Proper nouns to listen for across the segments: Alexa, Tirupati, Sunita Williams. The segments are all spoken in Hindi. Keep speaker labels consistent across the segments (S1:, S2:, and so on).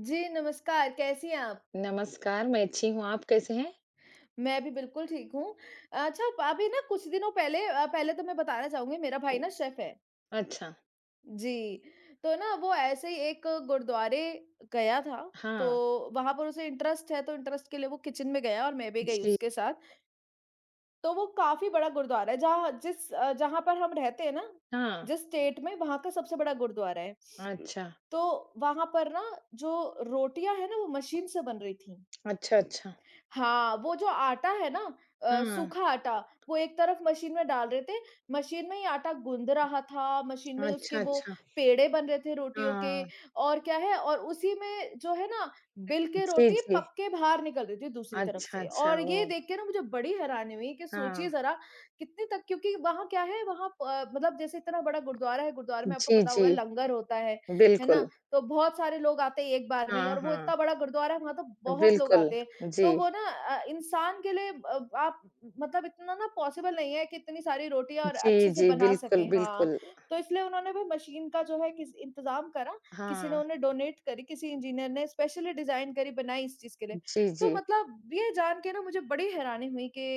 S1: जी, नमस्कार, कैसी हैं आप?
S2: नमस्कार, मैं अच्छी हूँ, आप कैसे हैं?
S1: मैं भी बिल्कुल ठीक हूँ। अच्छा, अभी ना कुछ दिनों पहले पहले तो मैं बताना चाहूँगी मेरा भाई ना शेफ़ है।
S2: अच्छा,
S1: जी, तो ना वो ऐसे ही एक गुरुद्वारे गया था,
S2: हाँ,
S1: तो वहाँ पर उसे इंटरेस्ट है, तो इंटरेस्ट के लिए वो किचन में गया और मैं भी गई
S2: जी,
S1: उसके साथ। तो वो काफ़ी बड़ा गुरुद्वारा है, जहाँ पर हम रहते हैं ना,
S2: हाँ,
S1: जिस स्टेट में, वहाँ का सबसे बड़ा गुरुद्वारा है।
S2: अच्छा,
S1: तो वहाँ पर ना जो रोटियाँ हैं ना, वो मशीन से बन रही थीं।
S2: अच्छा, अच्छा,
S1: हाँ, वो जो आटा है ना
S2: हाँ,
S1: सूखा आटा, वो एक तरफ मशीन में डाल रहे थे, मशीन में ही आटा गूँध रहा था, मशीन में ही
S2: अच्छा,
S1: उसके वो
S2: अच्छा,
S1: पेड़े बन रहे थे रोटियों के
S2: हाँ,
S1: और क्या है और उसी में जो है ना बेल के
S2: जी,
S1: रोटी
S2: जी,
S1: पक के बाहर निकल रही थी दूसरी तरफ
S2: अच्छा,
S1: से
S2: अच्छा,
S1: और ये
S2: ओह!
S1: देख के ना मुझे बड़ी हैरानी हुई कि
S2: हाँ,
S1: सोचिए ज़रा कितने तक क्योंकि वहाँ क्या है वहाँ मतलब जैसे इतना बड़ा गुरुद्वारा है, गुरुद्वारे में आपको
S2: जी,
S1: पता
S2: जी,
S1: होगा लंगर होता है ना?
S2: बिल्कुल,
S1: तो बहुत सारे लोग आते हैं एक बार में ही
S2: हाँ,
S1: और वो
S2: हाँ,
S1: इतना बड़ा गुरुद्वारा है वहाँ तो बहुत लोग
S2: बिल्कुल,
S1: आते हैं।
S2: जी,
S1: तो वो ना इंसान के लिए आप मतलब इतना ना पॉसिबल नहीं है कि इतनी सारी रोटियाँ और
S2: जी,
S1: अच्छे से
S2: जी,
S1: बना
S2: बिल्कुल,
S1: सकें, हाँ।
S2: बिल्कुल,
S1: तो इसलिए उन्होंने भी मशीन का जो है किस इंतज़ाम करा, किसी ने
S2: हाँ,
S1: उन्हें डोनेट करी, किसी इंजीनियर ने स्पेशली डिज़ाइन करी, बनाई इस चीज़ के लिए।
S2: जी,
S1: तो
S2: जी,
S1: मतलब ये जान के ना मुझे बड़ी हैरानी हुई कि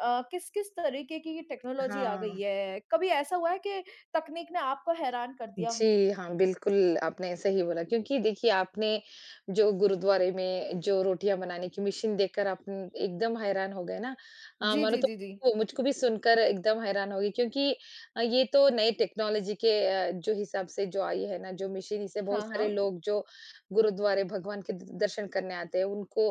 S1: किस-किस तरीके की ये टेक्नोलॉजी आ गई
S2: हाँ।
S1: है। कभी ऐसा हुआ है कि तकनीक ने आपको हैरान कर दिया
S2: जी,
S1: हो?
S2: हाँ, बिल्कुल, आपने सही बोला क्योंकि देखिए आपने जो गुरुद्वारे में जो रोटियाँ बनाने की मशीन देखकर आप एकदम हैरान हो गए ना।
S1: जी,
S2: मानो
S1: जी,
S2: तो
S1: जी, जी।
S2: वो मुझको भी सुनकर एकदम हैरान हो गई क्योंकि ये तो नई टेक्नोलॉजी के जो हिसाब से जो आई है ना, जो मशीन इससे बहुत
S1: हाँ,
S2: सारे
S1: हाँ।
S2: लोग जो गुरुद्वारे भगवान के द दर्शन करने आते हैं, उनको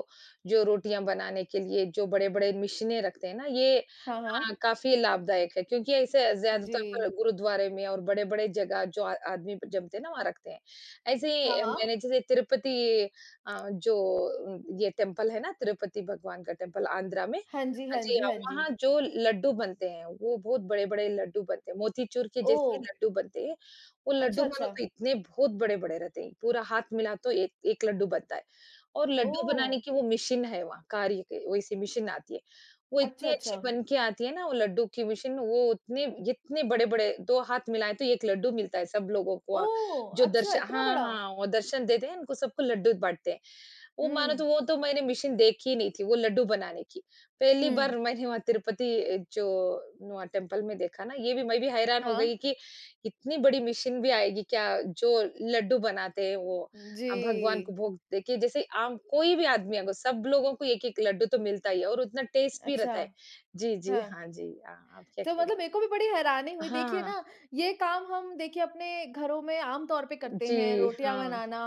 S2: जो रोटियाँ बनाने के लिए जो बड़े-बड़े मशीनें रखते हैं ना, ये
S1: हाँ,
S2: हाँ,
S1: हाँ।
S2: काफ़ी लाभदायक है क्योंकि ऐसे
S1: जी।
S2: ज़्यादातर पर गुरुद्वारे में और बड़े-बड़े जगह जो आ आदमी जमते हैं ना वहाँ रखते हैं। ऐसे
S1: हाँ,
S2: ही
S1: हाँ।
S2: मैंने जैसे तिरुपति जो ये टेम्पल है ना तिरुपति भगवान का टेम्पल आंध्रा में
S1: हाँ जी,
S2: हाँ
S1: हाँ
S2: जी,
S1: जी,
S2: हाँ,
S1: हाँ जी।
S2: वहाँ जो लड्डू बनते हैं वो बहुत बड़े-बड़े लड्डू बनते हैं, मोतीचूर के जैसे
S1: ओह!
S2: ही लड्डू बनते हैं। वो लड्डू
S1: अच्छा,
S2: मानो
S1: अच्छा।
S2: तो इतने बहुत बड़े-बड़े रहते हैं, पूरा हाथ मिला तो एक एक लड्डू बनता है और लड्डू
S1: ओह!
S2: बनाने की वो मशीन है वहाँ कार्य की वैसी मशीन आती है। वो इतनी
S1: अच्छा,
S2: अच्छी
S1: अच्छा।
S2: बन के आती है ना वो लड्डू की मशीन वो उतने इतने बड़े-बड़े 2 हाथ मिलाएँ तो 1 लड्डू मिलता है सब लोगों को
S1: ओह!
S2: जो
S1: अच्छा,
S2: दर्श
S1: इतना
S2: हाँ,
S1: बड़ा?
S2: हाँ, वो दर्शन देते हैं उनको सबको लड्डू बाँटते हैं। वो मानो
S1: हुँ,
S2: तो वो तो मैंने मशीन देखी ही नहीं थी, वो लड्डू बनाने की। पहली
S1: हुँ।
S2: बार मैंने वहाँ तिरुपति जो वहाँ टेम्पल में देखा ना, ये भी मैं भी हैरान हो
S1: हाँ।
S2: गई कि इतनी बड़ी मशीन भी आएगी क्या? जो लड्डू बनाते हैं वो
S1: जी।
S2: भगवान को भोग देखिए जैसे आम कोई भी आदमी अगर सब लोगों को 1-1 लड्डू तो मिलता ही है और उतना टेस्ट भी
S1: अच्छा,
S2: रहता है। जी, जी,
S1: हाँ।
S2: हाँ जी, हाँ, आप क्या
S1: तो
S2: कहेंगे?
S1: मतलब मेरे को भी बड़ी हैरानी हुई देखिए
S2: हाँ,
S1: ना, ये काम हम देखिए अपने घरों में आम तौर पे करते
S2: जी,
S1: हैं, रोटियां
S2: हाँ,
S1: बनाना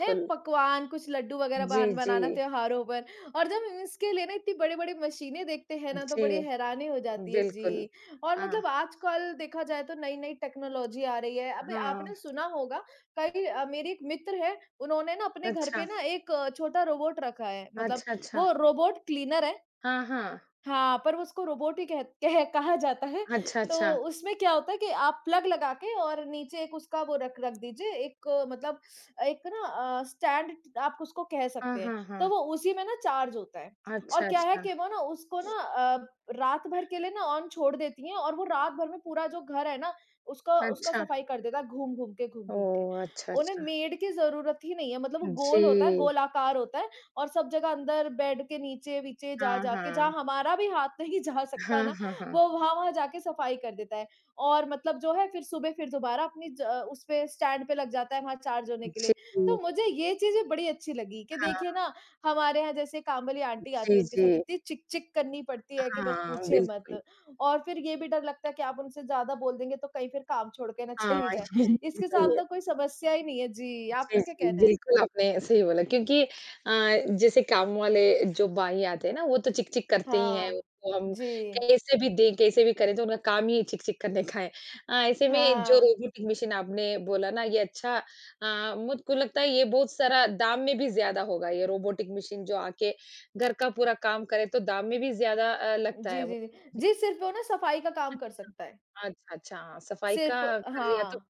S1: है, पकवान कुछ लड्डू वगैरह
S2: जी,
S1: बन
S2: जी,
S1: बनाना त्योहारों पर। और जब हम इसके लिए ना इतनी बड़ी बड़ी मशीनें देखते हैं ना, तो
S2: जी,
S1: बड़ी हैरानी हो जाती है
S2: बिल्कुल।
S1: जी। और
S2: हाँ,
S1: मतलब आजकल देखा जाए तो नई नई टेक्नोलॉजी आ रही है। अभी
S2: हाँ,
S1: आपने सुना होगा, कई मेरी एक मित्र है, उन्होंने ना अपने घर पे
S2: अच्छा।
S1: ना एक छोटा रोबोट रखा है, मतलब
S2: अच्छा, अच्छा।
S1: वो रोबोट क्लीनर है।
S2: हाँ, हाँ।
S1: हाँ, पर उसको रोबोट ही कह कह कहा जाता है।
S2: अच्छा,
S1: तो
S2: अच्छा।
S1: उसमें क्या होता है कि आप प्लग लगा के और नीचे एक उसका वो रख रख दीजिए, एक मतलब एक ना स्टैंड आप उसको कह
S2: हाँ,
S1: सकते हैं।
S2: हाँ,
S1: तो
S2: हाँ।
S1: वो उसी में ना चार्ज होता है
S2: अच्छा,
S1: और क्या है
S2: अच्छा।
S1: कि वो ना उसको ना रात भर के लिए ना ऑन छोड़ देती हैं और वो रात भर में पूरा जो घर है ना, उसका उसका
S2: अच्छा।
S1: सफाई कर देता है घूम-घूम के।
S2: ओह! अच्छा,
S1: उन्हें
S2: अच्छा।
S1: मेड की ज़रूरत ही नहीं है, मतलब वो
S2: जी।
S1: गोल होता है, गोलाकार होता है और सब जगह अंदर बेड के नीचे-वीचे
S2: हाँ,
S1: जा-जा के, जहाँ
S2: हाँ।
S1: हमारा भी हाथ नहीं जा सकता
S2: हाँ,
S1: ना,
S2: हाँ, हाँ।
S1: वो वहाँ-वहाँ जाके सफाई कर देता है। और मतलब जो है फिर सुबह फिर दोबारा अपनी उस पे स्टैंड पे लग जाता है वहाँ चार्ज होने के लिए।
S2: जी।
S1: तो मुझे ये चीज़ें बड़ी अच्छी लगी कि
S2: हाँ,
S1: देखिए ना, हमारे यहाँ जैसे काम वाली आंटी आती
S2: जी,
S1: है, उनके
S2: जी।
S1: साथ इतनी चिक-चिक करनी पड़ती है कि बस
S2: हाँ,
S1: पूछिए
S2: बिल्कुल।
S1: मत। और फिर ये भी डर लगता है कि आप उनसे ज़्यादा बोल देंगे तो कहीं फिर काम छोड़ के ना
S2: हाँ,
S1: चली जाएँ।
S2: ये
S1: इसके साथ
S2: तो है।
S1: तो कोई समस्या ही नहीं है। जी,
S2: जी,
S1: आपका क्या
S2: जी,
S1: कहना है?
S2: बिल्कुल आपने सही बोला क्योंकि जैसे काम वाले जो भाई आते हैं ना वो तो चिक-चिक करते ही हैं,
S1: हाँ।
S2: उनको हम
S1: जी।
S2: कैसे भी दें, कैसे भी करें तो उनका काम ही चिक-चिक करने का है। ऐसे में जो
S1: हाँ।
S2: रोबोटिक मशीन आपने बोला ना ये अच्छा मुझको लगता है ये बहुत सारा दाम में भी ज़्यादा होगा ये रोबोटिक मशीन जो आके घर का पूरा काम करे तो दाम में भी ज़्यादा लगता
S1: जी,
S2: है।
S1: जी, जी। जी, सिर्फ़ वो ना सफाई का काम कर
S2: अच्छा।
S1: सकता है।
S2: अच्छा, अच्छा, सफाई का
S1: सिर्फ़।
S2: कर लिया तो
S1: हाँ।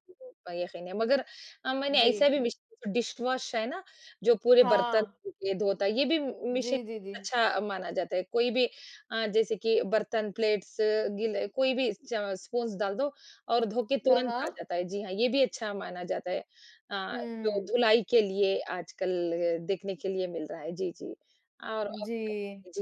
S2: यकीन है। मगर मैंने
S1: जी।
S2: ऐसा भी मिशन डिशवॉश है ना, जो पूरे बर्तन
S1: हाँ।
S2: ये धोता है, ये भी मिशन
S1: जी, जी, जी।
S2: अच्छा माना जाता है। कोई भी जैसे कि बर्तन, प्लेट्स, गिले कोई भी च स्पून्स डाल दो और धो के
S1: हाँ,
S2: तुरंत आ
S1: हाँ।
S2: जाता है। जी हाँ, ये भी अच्छा माना जाता है। अ, जो
S1: हुँ।
S2: धुलाई के लिए आजकल देखने के लिए मिल रहा है। जी, जी। और अब
S1: जी।
S2: जी,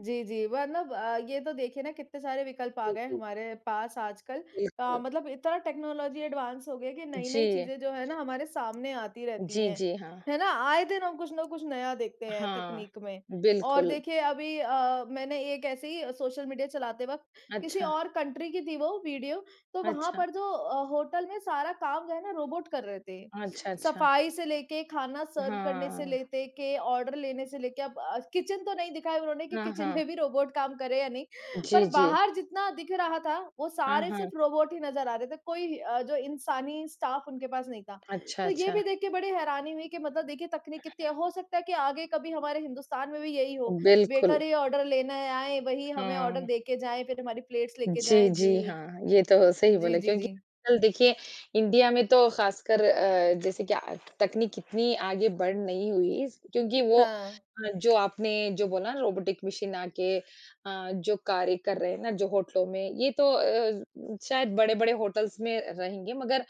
S1: जी, जी। मतलब ये तो देखिए ना, कितने सारे विकल्प आ
S2: जी,
S1: गए
S2: जी,
S1: हमारे पास आजकल।
S2: बिल्कुल।
S1: मतलब इतना टेक्नोलॉजी एडवांस हो गई है कि नई-नई
S2: जी,
S1: चीज़ें जो है ना हमारे सामने आती रहती
S2: जी,
S1: हैं।
S2: जी, हाँ।
S1: है ना? आए दिन हम कुछ ना कुछ नया देखते हैं
S2: हाँ,
S1: तकनीक में। और
S2: बिल्कुल।
S1: देखिए अभी मैंने एक ऐसे ही सोशल मीडिया चलाते वक़्त किसी
S2: अच्छा,
S1: और कंट्री की थी वो वीडियो, तो वहाँ
S2: अच्छा,
S1: पर जो होटल में सारा काम जो है ना रोबोट कर रहे थे।
S2: अच्छा, अच्छा।
S1: सफाई से लेके, खाना सर्व करने से
S2: हाँ,
S1: लेते के, ऑर्डर लेने से लेके, अब किचन तो नहीं दिखाया उन्होंने कि
S2: हाँ,
S1: किचन
S2: हाँ।
S1: में भी रोबोट काम करे या नहीं,
S2: जी,
S1: पर
S2: जी।
S1: बाहर जितना दिख रहा था वो
S2: हाँ,
S1: सारे
S2: हाँ।
S1: सिर्फ रोबोट ही नजर आ रहे थे, कोई जो इंसानी स्टाफ उनके पास नहीं था।
S2: अच्छा,
S1: तो ये
S2: अच्छा।
S1: भी देख के बड़ी हैरानी हुई कि मतलब देखिए तकनीक कितनी है। हो सकता है कि आगे कभी हमारे हिंदुस्तान में भी यही हो,
S2: बिल्कुल,
S1: वेटर ही ऑर्डर लेने आए, वही हमें ऑर्डर
S2: हाँ।
S1: दे के जाए, फिर हमारी प्लेट्स लेके
S2: जी,
S1: जाए। जी,
S2: जी, हाँ, ये तो सही
S1: जी,
S2: बोला
S1: जी,
S2: क्योंकि
S1: जी।
S2: आजकल देखिए इंडिया में तो ख़ासकर जैसे कि आ तकनीक इतनी आगे बढ़ नहीं हुई स क्योंकि वो
S1: हाँ,
S2: जो आपने जो बोला ना रोबोटिक मशीन आके जो कार्य कर रहे हैं ना, जो होटलों में, ये तो शायद बड़े-बड़े होटल्स में रहेंगे मगर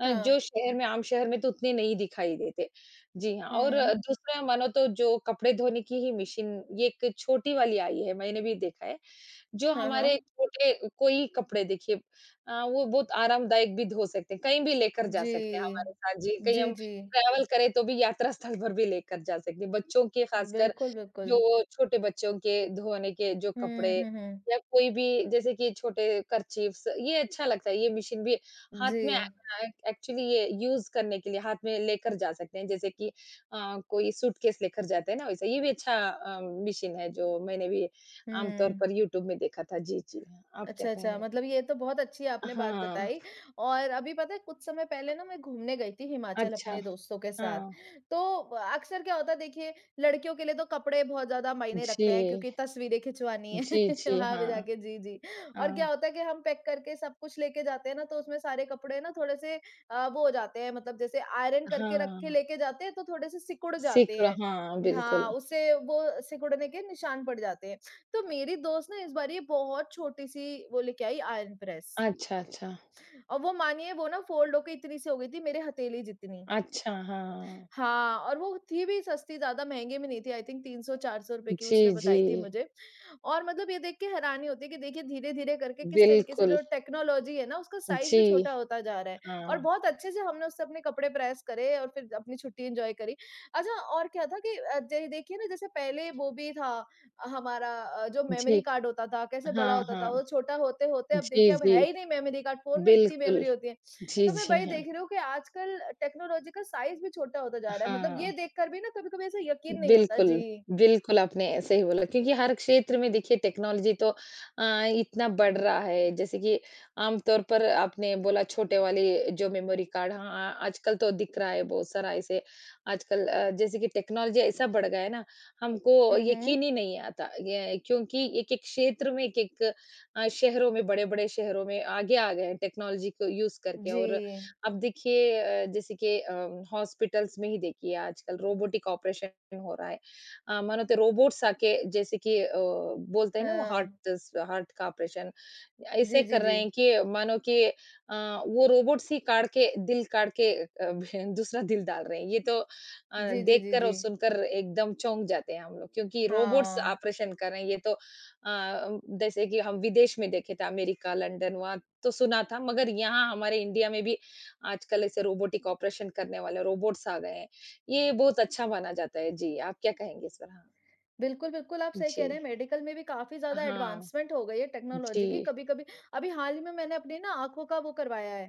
S2: जो
S1: हाँ।
S2: शहर में आम शहर में तो उतने नहीं दिखाई देते। जी हाँ, और
S1: हम्म।
S2: दूसरा मानो तो जो कपड़े धोने की ही मशीन, ये एक छोटी वाली आई है, मैंने भी देखा है। जो
S1: हाँ, हाँ।
S2: हमारे छोटे कोई कपड़े देखिए वो बहुत आरामदायक भी हो सकते हैं, कहीं भी लेकर जा
S1: जी।
S2: सकते हैं हमारे साथ जी, कहीं
S1: जी,
S2: हम
S1: जी।
S2: ट्रैवल करें तो भी यात्रा स्थल पर भी लेकर जा सकते हैं। बच्चों के खासकर
S1: बिल्कुल, बिल्कुल।
S2: जो वो छोटे बच्चों के धोने के जो
S1: हुँ,
S2: कपड़े
S1: हुँ, हुँ।
S2: या कोई भी जैसे कि छोटे कर्चीफ्स ये अच्छा लगता है ये मशीन भी हाथ
S1: जी।
S2: में एक्चुअली ये यूज करने के लिए हाथ में लेकर जा सकते हैं जैसे कि कोई सूटकेस लेकर जाते हैं ना वैसा ये भी अच्छा मशीन है जो मैंने भी आमतौर
S1: हुँ।
S2: पर यूट्यूब में देखा था जी जी हाँ, आप क्या
S1: अच्छा, अच्छा।
S2: कहेंगे
S1: मतलब ये तो बहुत अच्छी आपने बात
S2: हाँ
S1: बताई। और अभी पता है, कुछ समय पहले ना मैं घूमने गई थी हिमाचल
S2: अच्छा
S1: अपने दोस्तों के
S2: हाँ
S1: साथ। तो अक्सर क्या होता है देखिए, लड़कियों के लिए तो कपड़े बहुत ज़्यादा मायने रखते हैं
S2: जी
S1: क्योंकि तस्वीरें खिंचवानी है
S2: जी जी
S1: वहाँ
S2: हाँ
S1: पे जाके। जी, जी। और क्या
S2: हाँ
S1: होता है कि हम पैक करके सब कुछ लेके जाते हैं ना, तो उसमें सारे कपड़े ना थोड़े-से वो हो जाते हैं, मतलब जैसे आयरन करके रख के
S2: हाँ
S1: लेके जाते हैं तो थोड़े-से सिकुड़ जाते हैं।
S2: हाँ
S1: हाँ,
S2: बिल्कुल
S1: उससे वो सिकुड़ने के निशान पड़ जाते हैं। तो मेरी दोस्त ना इस बार ये बहुत छोटी-सी वो लेके आई आयरन प्रेस,
S2: अच्छा अच्छा
S1: और वो मानिए वो ना फ़ोल्ड होके इतनी सी हो गई थी मेरे हथेली जितनी।
S2: अच्छा, हाँ।
S1: हाँ, और वो थी भी सस्ती, ज़्यादा महँगे में नहीं थी, आई थिंक ₹300-400 की
S2: जी,
S1: उसने
S2: जी।
S1: बताई थी मुझे। और मतलब ये देख के हैरानी होती है कि देखिए धीरे-धीरे करके किस तरीके से
S2: बिल्कुल।
S1: जो टेक्नोलॉज़ी है ना उसका साइज़ भी
S2: जी,
S1: छोटा होता जा रहा है, और
S2: हाँ।
S1: बहुत अच्छे से हमने उससे अपने कपड़े प्रेस करे और फिर अपनी छुट्टी एन्जॉय करी। अच्छा, और क्या था कि अ, ज देखिए ना, जैसे पहले वो भी था हमारा जो मेमोरी
S2: जी,
S1: कार्ड होता था, कैसे बड़ा
S2: हाँ,
S1: होता था,
S2: हाँ।
S1: वो छोटा होते-होते अब
S2: जी,
S1: देखिए अब
S2: जी।
S1: है ही नहीं मेमोरी कार्ड, फ़ोन में इतनी
S2: बिल्कुल।
S1: मेमोरी होती है।
S2: जी,
S1: तो मैं
S2: जी,
S1: वही
S2: हाँ।
S1: देख रही हूँ कि आजकल टेक्नोलॉज़ी का साइज़ भी छोटा होता जा रहा है। मतलब
S2: हाँ।
S1: ये देखकर भी ना कभी-कभी ऐसा यकीन नहीं होता।
S2: बिल्कुल,
S1: जी।
S2: बिल्कुल आपने सही बोला क्योंकि हर क्षेत्र में देखिए टेक्नोलॉजी तो अ, इतना बढ़ रहा है जैसे कि आम तौर पर आपने बोला छोटे वाले जो मेमोरी कार्ड हाँ, आजकल तो दिख रहा है बहुत सारा ऐसे आजकल जैसे कि टेक्नोलॉजी ऐसा बढ़ गया है ना हमको
S1: हुँ,
S2: यकीन
S1: हुँ।
S2: ही नहीं आता ये क्योंकि एक-एक क्षेत्र में एक-एक शहरों में बड़े-बड़े शहरों में आगे आ गए हैं टेक्नोलॉजी को यूज़ करके
S1: जी।
S2: और अब देखिए जैसे कि हॉस्पिटल्स में ही देखिए आजकल रोबोटिक ऑपरेशन हो रहा है मानो तो रोबोट्स आके जैसे कि बोलते हैं ना वो
S1: हाँ।
S2: हार्ट हार्ट का ऑपरेशन ऐसे
S1: जी, जी,
S2: कर
S1: जी।
S2: रहे हैं कि मानो कि वो रोबोट्स ही काट के दिल काट के दूसरा दिल डाल रहे हैं ये तो
S1: जी, जी, जी,
S2: देखकर और
S1: जी।
S2: सुनकर एकदम चौंक जाते हैं हम लोग क्योंकि रोबोट्स
S1: हाँ।
S2: ऑपरेशन कर रहे हैं ये तो जैसे कि हम विदेश में देखे थे अमेरिका लंदन वहां तो सुना था मगर यहाँ हमारे इंडिया में भी आजकल ऐसे रोबोटिक ऑपरेशन करने वाले रोबोट्स आ गए हैं। ये बहुत अच्छा माना जाता है। जी, आप क्या कहेंगे इस पर? हाँ।
S1: बिल्कुल, बिल्कुल, आप सही
S2: जी।
S1: कह रहे हैं, मेडिकल में भी काफ़ी ज़्यादा
S2: हाँ,
S1: एडवांसमेंट हो गई है टेक्नोलॉजी की।
S2: जी।
S1: कभी-कभी अभी हाल ही में मैंने अपनी ना आँखों का वो करवाया है,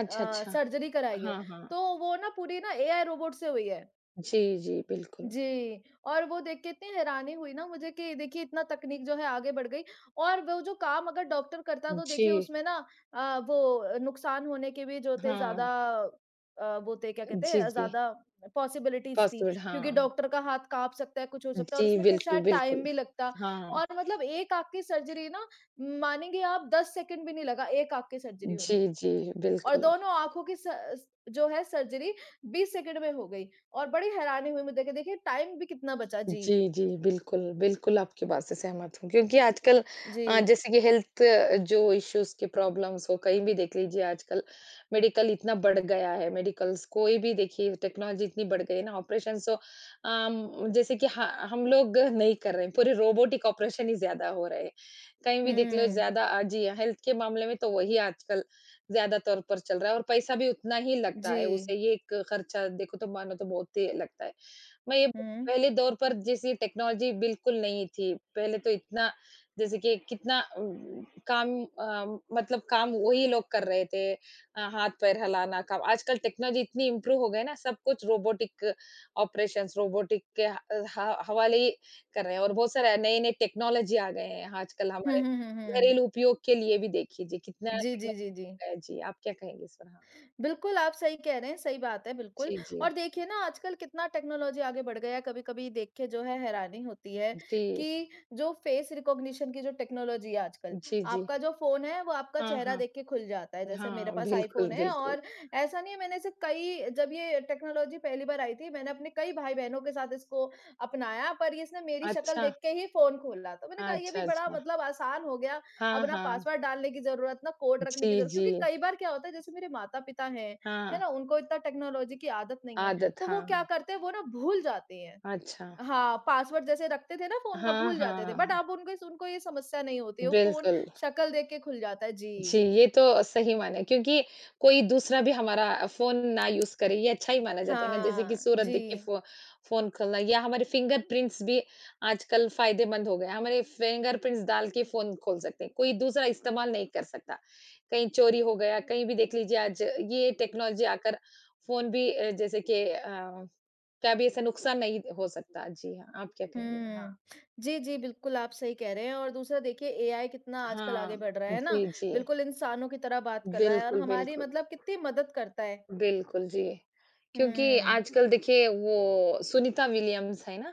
S2: अच्छा, अच्छा।
S1: सर्जरी कराई है।
S2: हाँ, हाँ।
S1: तो वो ना पूरी ना एआई रोबोट से हुई है।
S2: जी, जी, बिल्कुल।
S1: जी, और वो देख के इतनी हैरानी हुई ना मुझे कि देखिए इतना तकनीक जो है आगे बढ़ गई। और वो जो काम अगर डॉक्टर करता तो देखिए
S2: जी,
S1: उसमें ना वो नुकसान होने के भी जो थे
S2: हाँ।
S1: ज़्यादा, वो थे क्या कहते
S2: जी,
S1: हैं
S2: जी।
S1: ज़्यादा पॉसिबिलिटीज़ थी,
S2: पॉसिबल
S1: क्योंकि
S2: हाँ।
S1: डॉक्टर का हाथ काँप सकता है, कुछ हो सकता है
S2: जी,
S1: और उसमें ट
S2: बिल्कुल,
S1: शायद टाइम
S2: बिल्कुल।
S1: भी लगता।
S2: हाँ।
S1: और मतलब एक आँख की सर्जरी ना, मानेंगे आप 10 सेकंड भी नहीं लगा एक आँख की सर्जरी
S2: जी,
S1: होने में।
S2: जी,
S1: और
S2: बिल्कुल।
S1: दोनों आँखों की स स जो है सर्जरी 20 सेकंड में हो गई, और बड़ी हैरानी हुई मुझे, देखिए, देखिए टाइम भी कितना बचा। जी,
S2: जी, जी, बिल्कुल, बिल्कुल आपकी बात से सहमत हूँ क्योंकि आजकल
S1: जी।
S2: जैसे कि हेल्थ जो इश्यूज़ की प्रॉब्लम्स हो, कहीं भी देख लीजिए आजकल मेडिकल इतना बढ़ गया है, मेडिकल्स कोई भी देखिए टेक्नोलॉजी इतनी बढ़ गई है ना ऑपरेशंस तो जैसे कि ह हम लोग नहीं कर रहे हैं, पूरे रोबोटिक ऑपरेशन ही ज़्यादा हो रहे हैं। कहीं भी देख लो
S1: हुँ,
S2: ज़्यादा जी हाँ, हेल्थ के मामले में तो वही आजकल ज़्यादा तौर पर चल रहा है और पैसा भी उतना ही लगता
S1: जी।
S2: है, उसे ये एक खर्चा देखो तो मानो तो बहुत ही लगता है। मैं ये बोलूं,
S1: हुँ।
S2: पहले दौर पर जैसे टेक्नोलॉजी बिल्कुल नहीं थी। पहले तो इतना जैसे कि कितना काम मतलब काम वही लोग कर रहे थे। हाथ-पैर हिलाना काम आजकल टेक्नोलॉजी इतनी इम्प्रूव हो गए ना, सब कुछ रोबोटिक ऑपरेशंस रोबोटिक के ह ह हवाले ही कर रहे हैं और बहुत सारे नए-नए टेक्नोलॉजी आ गए हैं आजकल
S1: हुँ,
S2: हमारे
S1: हुँ, हुँ, हुँ।
S2: घरेलू उपयोग के लिए भी देख लीजिए कितना
S1: जी, जी,
S2: टेक्नोलॉजी
S1: जी, जी।
S2: जी, आप क्या कहेंगे इस पर? हाँ।
S1: बिल्कुल, आप सही कह रहे हैं, सही बात है बिल्कुल।
S2: जी, जी।
S1: और देखिए ना आजकल कितना टेक्नोलॉज़ी आगे बढ़ गया है, कभी-कभी देख के जो है हैरानी होती है
S2: जी,
S1: कि जो फ़ेस रिकॉग्निशन की जो टेक्नोलॉज़ी है आजकल,
S2: जी, जी।
S1: आपका जो फ़ोन है वो आपका
S2: हाँ,
S1: चेहरा
S2: हाँ।
S1: देख के खुल जाता है। जैसे मेरे
S2: हाँ,
S1: पास
S2: बिल्कुल,
S1: आईफ़ोन है
S2: बिल्कुल।
S1: और ऐसा नहीं है, मैंने इसे कई, जब ये टेक्नोलॉज़ी पहली बार आई थी, मैंने अपने कई भाई-बहनों के साथ इसको अपनाया, पर इसने मेरी शक्ल
S2: अच्छा,
S1: देख के ही फ़ोन खोला। तो मैंने कहा ये
S2: अच्छा,
S1: भी बड़ा
S2: अच्छा।
S1: मतलब आसान हो गया, अब
S2: हाँ,
S1: ना
S2: हाँ।
S1: पासवर्ड डालने की ज़रूरत, ना कोड रखने
S2: जी,
S1: की ज़रूरत,
S2: जी।
S1: क्योंकि कई बार क्या होता है जैसे मेरे माता-पिता हैं, है
S2: हाँ,
S1: ना? उनको इतना टेक्नोलॉजी की आदत नहीं है,
S2: आदत,
S1: तो वो क्या
S2: हाँ।
S1: करते हैं वो ना भूल जाते हैं।
S2: अच्छा। हाँ, अच्छा।
S1: हाँ, पासवर्ड जैसे रखते थे ना फ़ोन का
S2: हाँ,
S1: भूल जाते थे, बट
S2: हाँ।
S1: अब उनको ये समस्या नहीं होती है, वो फ़ोन
S2: बिल्कुल।
S1: शक्ल देख के खुल जाता है।
S2: जी,
S1: जी।
S2: ये तो सही माना क्योंकि कोई दूसरा भी हमारा फ़ोन ना यूज़ करे ये अच्छा ही माना जाता है ना, जैसे कि
S1: हाँ,
S2: सूरत देख के
S1: जी।
S2: फ़ोन खोलना या हमारे फिंगरप्रिंट्स भी आजकल फ़ायदेमंद हो गए हैं, हमारे फिंगरप्रिंट्स डाल के फ़ोन खोल सकते हैं, कोई दूसरा इस्तेमाल नहीं कर सकता। कहीं चोरी हो गया, कहीं भी देख लीजिए आज ये टेक्नोलॉजी आकर फ़ोन भी जैसे कि क्या भी ऐसा नुकसान नहीं हो सकता। जी हाँ, आप क्या कहेंगे? हाँ।
S1: हुँ। जी, जी, बिल्कुल आप सही कह रहे हैं। और दूसरा देखिए एआई कितना आजकल
S2: हाँ,
S1: आगे बढ़ रहा है ना?
S2: जी, जी।
S1: बिल्कुल इंसानों की तरह बात कर रहा है और
S2: बिल्कुल,
S1: हमारी
S2: बिल्कुल।
S1: मतलब कितनी मदद करता है।
S2: बिल्कुल, जी। क्योंकि
S1: हुँ।
S2: आजकल देखिए वो सुनीता विलियम्स है ना?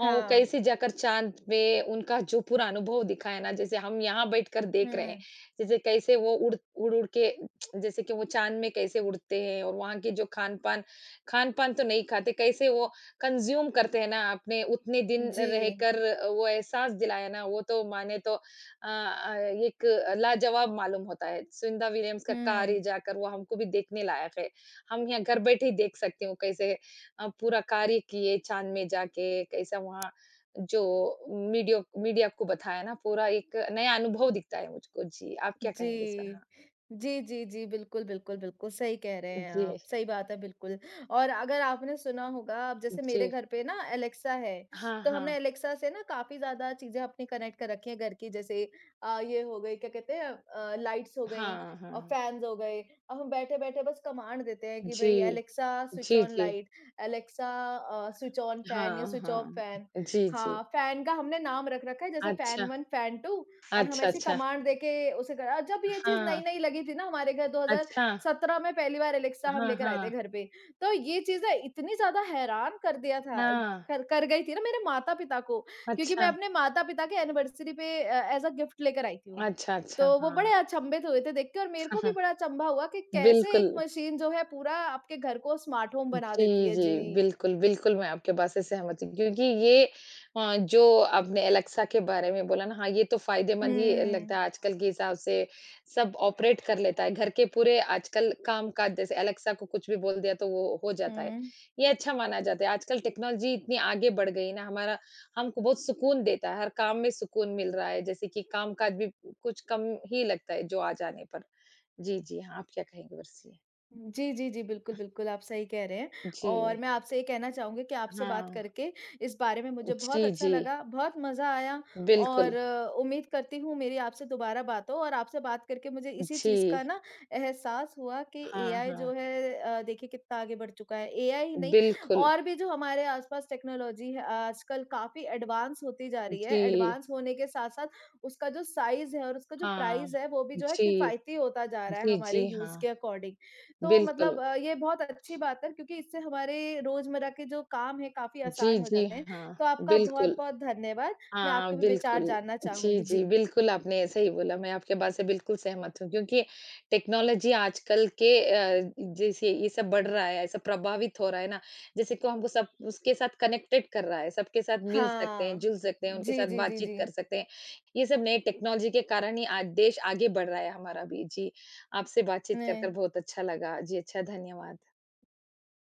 S2: वो
S1: हाँ।
S2: कैसी जाकर चाँद पे उनका जो पूरा अनुभव दिखा है ना, जैसे हम यहाँ बैठकर देख रहे हैं,
S1: हुँ,
S2: जैसे कैसे वो उड़-उड़ के जैसे कि वो चाँद में कैसे उड़ते हैं और वहाँ के जो खान-पान तो नहीं खाते, कैसे वो कंज़्यूम करते हैं ना अपने उतने दिन
S1: जी।
S2: रहकर वो एहसास दिलाया ना, वो तो माने तो अ, एक लाजवाब मालूम होता है। सुनीता विलियम्स का कार्य
S1: हुँ।
S2: जाकर वो हमको भी देखने लायक है। हम यहाँ घर बैठे ही देख सकती हूँ कैसे पूरा कार्य किए चाँद में जाके, कैसा वहाँ जो मीडियो मीडिया आपको बताया ना, पूरा एक नया अनुभव दिखता है मुझको। जी, आप क्या कहेंगे सर? हाँ।
S1: जी। जी, जी, जी। बिल्कुल, बिल्कुल, बिल्कुल, सही कह रहे हैं
S2: जी,
S1: आप, सही बात है बिल्कुल। और अगर आपने सुना होगा, अब जैसे मेरे
S2: जी।
S1: घर पे ना एलेक्सा है,
S2: हाँ,
S1: तो
S2: हाँ।
S1: हमने एलेक्सा से ना काफ़ी ज़्यादा चीज़ें अपनी कनेक्ट कर रखी हैं घर की, जैसे ये हो गई क्या कहते हैं लाइट्स हो गईं
S2: हाँ,
S1: और
S2: हाँ।
S1: फैन्स हो गए। अब हम बैठे-बैठे बस कमांड देते हैं कि
S2: जी,
S1: भई एलेक्सा स्विच
S2: जी,
S1: ऑन
S2: जी।
S1: Light, Alexa switch on fan या
S2: हाँ,
S1: स्विच
S2: हाँ।
S1: Off fan.
S2: जी, जी।
S1: हाँ, फैन का हमने नाम रख रखा है जैसे
S2: अच्छा,
S1: फैन 1, फैन 2, और हम
S2: अच्छा,
S1: ऐसी
S2: अच्छा।
S1: कमांड देके उसे करा, जब ये चीज़
S2: हाँ,
S1: नई-नई लगी थी ना हमारे घर,
S2: अच्छा।
S1: 2017 में पहली बार एलेक्सा हम
S2: हाँ,
S1: लेकर आए थे
S2: हाँ।
S1: घर पे। तो ये चीज़ ना इतनी ज़्यादा हैरान कर दिया था,
S2: हाँ।
S1: कर कर गई थी ना मेरे माता-पिता को, क्योंकि मैं
S2: अच्छा,
S1: अपने माता-पिता के एनिवर्सरी पे एज़ अ गिफ्ट लेकर आई थी वो।
S2: अच्छा, अच्छा।
S1: तो वो
S2: हाँ।
S1: बड़े अचंभित हुए थे देख के और मेरे को भी बड़ा अचंभा हुआ कि कैसे एक
S2: बिल्कुल।
S1: मशीन जो है पूरा आपके घर को स्मार्ट होम बना देती
S2: जी,
S1: है।
S2: जी।
S1: जी।
S2: बिल्कुल, बिल्कुल, मैं आपके बात से सहमत हूँ क्योंकि ये जो आपने एलेक्सा के बारे में बोला ना, हाँ, ये तो फ़ायदेमंद ही लगता
S1: हुँ।
S2: है आजकल के हिसाब से सब ऑपरेट कर लेता है। घर के पूरे आजकल काम-काज जैसे एलेक्सा को कुछ भी बोल दिया तो वो हो जाता है।
S1: हुँ।
S2: ये अच्छा माना जाता है। आजकल टेक्नोलॉज़ी इतनी आगे बढ़ गई ना हमारा हमको बहुत सुकून देता है, हर काम में सुकून मिल रहा है जैसे कि काम-काज भी कुछ कम ही लगता है जो आ जाने पर। जी, जी। हाँ, आप क्या कहेंगे इस पर?
S1: जी, जी, जी। बिल्कुल, बिल्कुल, आप सही कह रहे हैं। और
S2: जी।
S1: मैं आपसे ये कहना चाहूँगी कि आपसे बात
S2: हाँ।
S1: करके इस बारे में मुझे बहुत
S2: जी,
S1: अच्छा
S2: जी।
S1: लगा, बहुत मज़ा आया,
S2: बिल्कुल,
S1: और उम्मीद करती हूँ मेरी आपसे दोबारा बात हो। और आपसे बात करके मुझे इसी
S2: जी।
S1: चीज़ का ना एहसास हुआ कि
S2: हाँ,
S1: एआई जो
S2: हाँ।
S1: है देखिए कितना आगे बढ़ चुका है। एआई ही नहीं,
S2: बिल्कुल,
S1: और भी जो हमारे आस-पास टेक्नोलॉजी है आजकल काफ़ी एडवांस होती जा रही है।
S2: जी।
S1: एडवांस होने के साथ-साथ उसका जो साइज़ है और उसका जो
S2: हाँ।
S1: प्राइस है वो भी जो है
S2: जी,
S1: किफ़ायती होता जा रहा है
S2: जी,
S1: हमारे
S2: जी,
S1: यूज़
S2: हाँ।
S1: के अकॉर्डिंग। तो
S2: बिल्कुल।
S1: मतलब ये बहुत अच्छी बात है क्योंकि इससे हमारे रोज़मर्रा के जो काम हैं काफ़ी
S2: जी,
S1: आसान हो
S2: जी,
S1: जाते हैं।
S2: हाँ,
S1: तो आपका
S2: बिल्कुल।
S1: बहुत-बहुत धन्यवाद। मैं
S2: हाँ,
S1: आपके भी विचार
S2: बिल्कुल।
S1: जानना
S2: जी,
S1: चाहूँगी।
S2: जी,
S1: जी।
S2: बिल्कुल आपने सही बोला, मैं आपके बात से बिल्कुल सहमत हूँ क्योंकि टेक्नोलॉज़ी आजकल के जैसे ये सब बढ़ रहा है, सब प्रभावित हो रहा है ना, जैसे कि हमको सब उसके साथ कनेक्टेड कर रहा है, सबके साथ मिल सकते हैं,
S1: हाँ।
S2: जुल सकते हैं, उनके
S1: जी,
S2: साथ
S1: जी, जी,
S2: बातचीत
S1: जी।
S2: कर सकते हैं। ये सब नए टेक्नोलॉज़ी के कारण ही आज देश आगे बढ़ रहा है हमारा भी। जी, आपसे बातचीत कर
S1: हुँ।
S2: बहुत अच्छा लगा। जी, अच्छा, धन्यवाद।